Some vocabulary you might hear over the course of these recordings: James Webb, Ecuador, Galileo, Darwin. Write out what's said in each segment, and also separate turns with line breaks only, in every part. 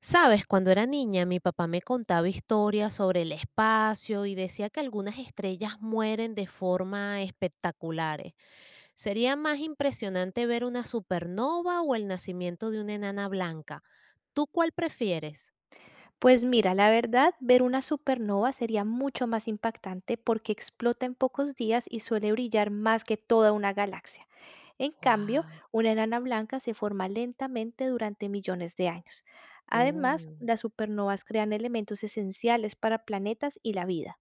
Sabes, cuando era niña, mi papá me contaba historias sobre el espacio y decía que algunas estrellas mueren de forma espectaculares. Sería más impresionante ver una supernova o el nacimiento de una enana blanca. ¿Tú cuál prefieres?
Pues mira, la verdad, ver una supernova sería mucho más impactante porque explota en pocos días y suele brillar más que toda una galaxia. En cambio,
Wow.
una enana blanca se forma lentamente durante millones de años. Además, las supernovas crean elementos esenciales para planetas y la vida.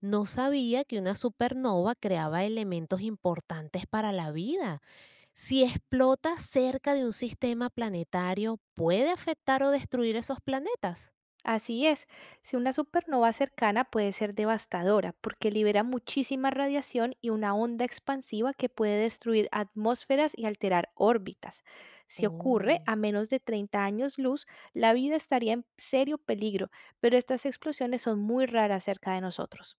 No sabía que una supernova creaba elementos importantes para la vida. Si explota cerca de un sistema planetario, ¿puede afectar o destruir esos planetas?
Así es, si una supernova cercana puede ser devastadora porque libera muchísima radiación y una onda expansiva que puede destruir atmósferas y alterar órbitas. Si ocurre
Oh.
a menos de 30 años luz, la vida estaría en serio peligro, pero estas explosiones son muy raras cerca de nosotros.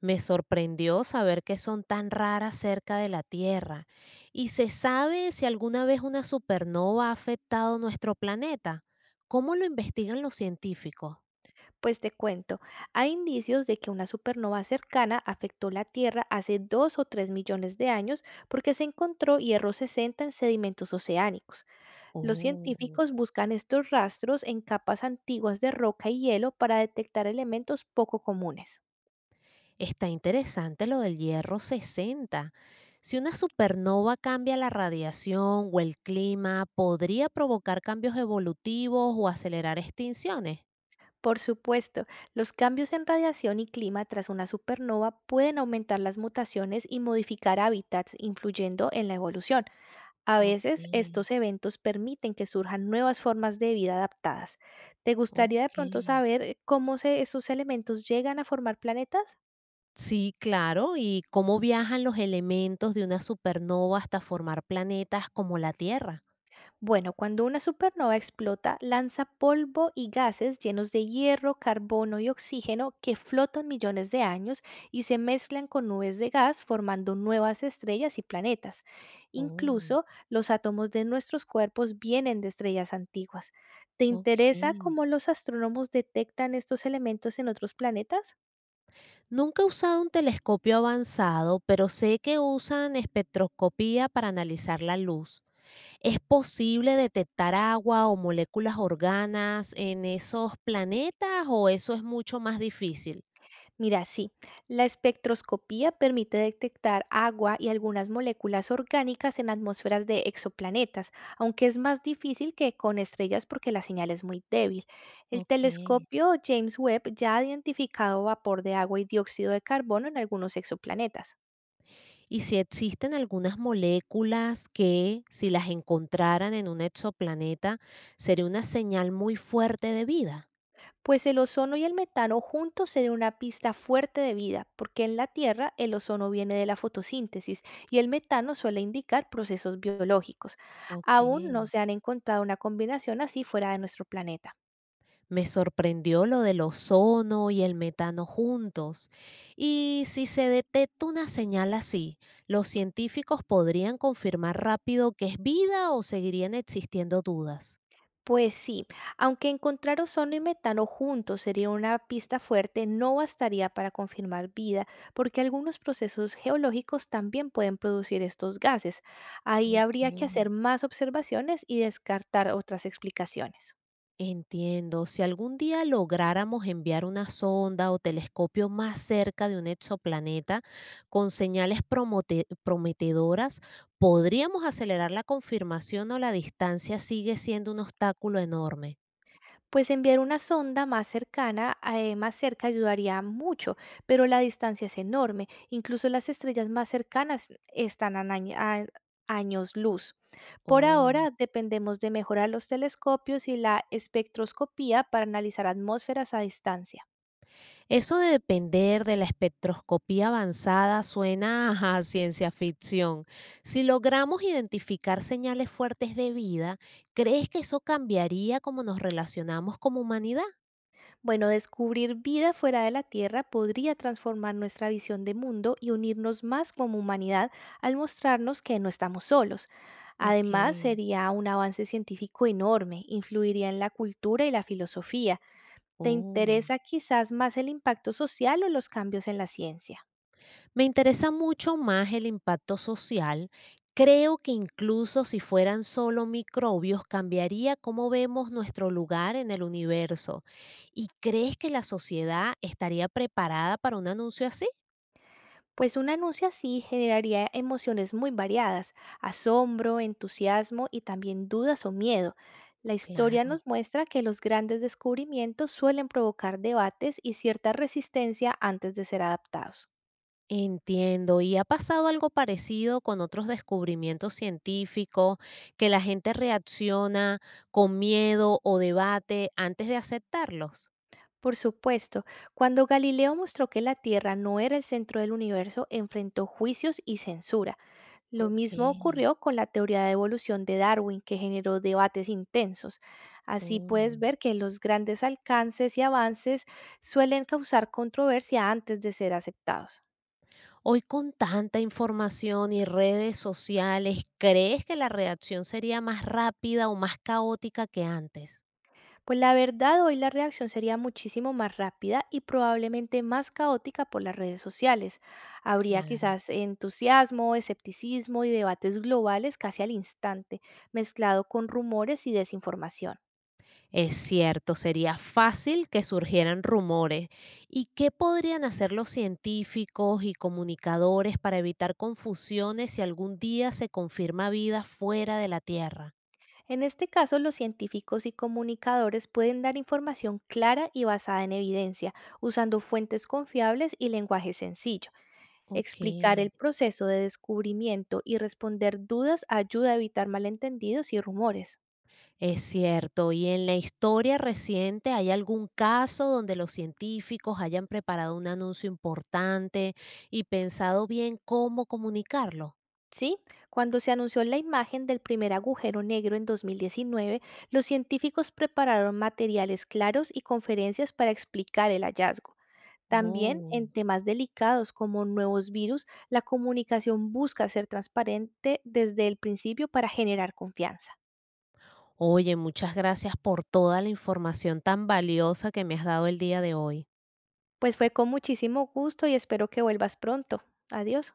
Me sorprendió saber que son tan raras cerca de la Tierra. ¿Y se sabe si alguna vez una supernova ha afectado nuestro planeta? ¿Cómo lo investigan los científicos?
Pues te cuento, hay indicios de que una supernova cercana afectó la Tierra hace 2 o 3 millones de años porque se encontró hierro 60 en sedimentos oceánicos. Los
Oh,
científicos buscan estos rastros en capas antiguas de roca y hielo para detectar elementos poco comunes.
está interesante lo del hierro 60. Si una supernova cambia la radiación o el clima, ¿podría provocar cambios evolutivos o acelerar extinciones?
Por supuesto, los cambios en radiación y clima tras una supernova pueden aumentar las mutaciones y modificar hábitats, influyendo en la evolución. A
Ok,
veces, estos eventos permiten que surjan nuevas formas de vida adaptadas. ¿Te gustaría de
ok.
pronto saber cómo esos elementos llegan a formar planetas?
Sí, claro, y cómo viajan los elementos de una supernova hasta formar planetas como la Tierra.
Bueno, cuando una supernova explota, lanza polvo y gases llenos de hierro, carbono y oxígeno que flotan millones de años y se mezclan con nubes de gas formando nuevas estrellas y planetas.
Oh,
Incluso los átomos de nuestros cuerpos vienen de estrellas antiguas. ¿Te interesa
ok.
cómo los astrónomos detectan estos elementos en otros planetas?
Nunca he usado un telescopio avanzado, pero sé que usan espectroscopía para analizar la luz. ¿Es posible detectar agua o moléculas organas en esos planetas o eso es mucho más difícil?
Mira, sí, la espectroscopía permite detectar agua y algunas moléculas orgánicas en atmósferas de exoplanetas, aunque es más difícil que con estrellas porque la señal es muy débil. El
Ok.
telescopio James Webb ya ha identificado vapor de agua y dióxido de carbono en algunos exoplanetas.
Y si existen algunas moléculas que, si las encontraran en un exoplaneta, sería una señal muy fuerte de vida.
Pues el ozono y el metano juntos serían una pista fuerte de vida, porque en la Tierra el ozono viene de la fotosíntesis y el metano suele indicar procesos biológicos.
Ok.
Aún no se han encontrado una combinación así fuera de nuestro planeta.
Me sorprendió lo del ozono y el metano juntos. Y si se detecta una señal así, ¿los científicos podrían confirmar rápido que es vida o seguirían existiendo dudas?
Pues sí, aunque encontrar ozono y metano juntos sería una pista fuerte, no bastaría para confirmar vida, porque algunos procesos geológicos también pueden producir estos gases. Ahí
Ok.
habría que hacer más observaciones y descartar otras explicaciones.
Entiendo. Si algún día lográramos enviar una sonda o telescopio más cerca de un exoplaneta con señales prometedoras, ¿podríamos acelerar la confirmación o la distancia sigue siendo un obstáculo enorme?
Pues enviar una sonda más cercana, más cerca ayudaría mucho, pero la distancia es enorme. Incluso las estrellas más cercanas están a, a años luz. Por
Oh.
ahora dependemos de mejorar los telescopios y la espectroscopía para analizar atmósferas a distancia.
Eso de depender de la espectroscopía avanzada suena a ciencia ficción. Si logramos identificar señales fuertes de vida, ¿crees que eso cambiaría cómo nos relacionamos como humanidad?
Bueno, descubrir vida fuera de la Tierra podría transformar nuestra visión de mundo y unirnos más como humanidad al mostrarnos que no estamos solos.
Ok.
Además, sería un avance científico enorme, influiría en la cultura y la filosofía. ¿Te
Oh,
interesa quizás más el impacto social o los cambios en la ciencia?
me interesa mucho más el impacto social. Creo que incluso si fueran solo microbios, cambiaría cómo vemos nuestro lugar en el universo. ¿Y crees que la sociedad estaría preparada para un anuncio así?
Pues un anuncio así generaría emociones muy variadas, asombro, entusiasmo y también dudas o miedo. La historia
Claro.
nos muestra que los grandes descubrimientos suelen provocar debates y cierta resistencia antes de ser adaptados.
Entiendo. ¿Y ha pasado algo parecido con otros descubrimientos científicos, que la gente reacciona con miedo o debate antes de aceptarlos?
Por supuesto, cuando Galileo mostró que la Tierra no era el centro del universo, enfrentó juicios y censura. Lo
Ok.
mismo ocurrió con la teoría de evolución de Darwin, que generó debates intensos. Así
Oh.
puedes ver que los grandes alcances y avances suelen causar controversia antes de ser aceptados.
Hoy con tanta información y redes sociales, ¿crees que la reacción sería más rápida o más caótica que antes?
Pues la verdad, hoy la reacción sería muchísimo más rápida y probablemente más caótica por las redes sociales. Habría
Claro,
quizás entusiasmo, escepticismo y debates globales casi al instante, mezclado con rumores y desinformación.
es cierto, sería fácil que surgieran rumores. ¿Y qué podrían hacer los científicos y comunicadores para evitar confusiones si algún día se confirma vida fuera de la Tierra?
En este caso, los científicos y comunicadores pueden dar información clara y basada en evidencia, usando fuentes confiables y lenguaje sencillo.
Ok.
Explicar el proceso de descubrimiento y responder dudas ayuda a evitar malentendidos y rumores.
Es cierto, y en la historia reciente hay algún caso donde los científicos hayan preparado un anuncio importante y pensado bien cómo comunicarlo.
Sí, cuando se anunció la imagen del primer agujero negro en 2019, los científicos prepararon materiales claros y conferencias para explicar el hallazgo. También
Oh,
en temas delicados como nuevos virus, la comunicación busca ser transparente desde el principio para generar confianza.
oye, muchas gracias por toda la información tan valiosa que me has dado el día de hoy.
Pues fue con muchísimo gusto y espero que vuelvas pronto. Adiós.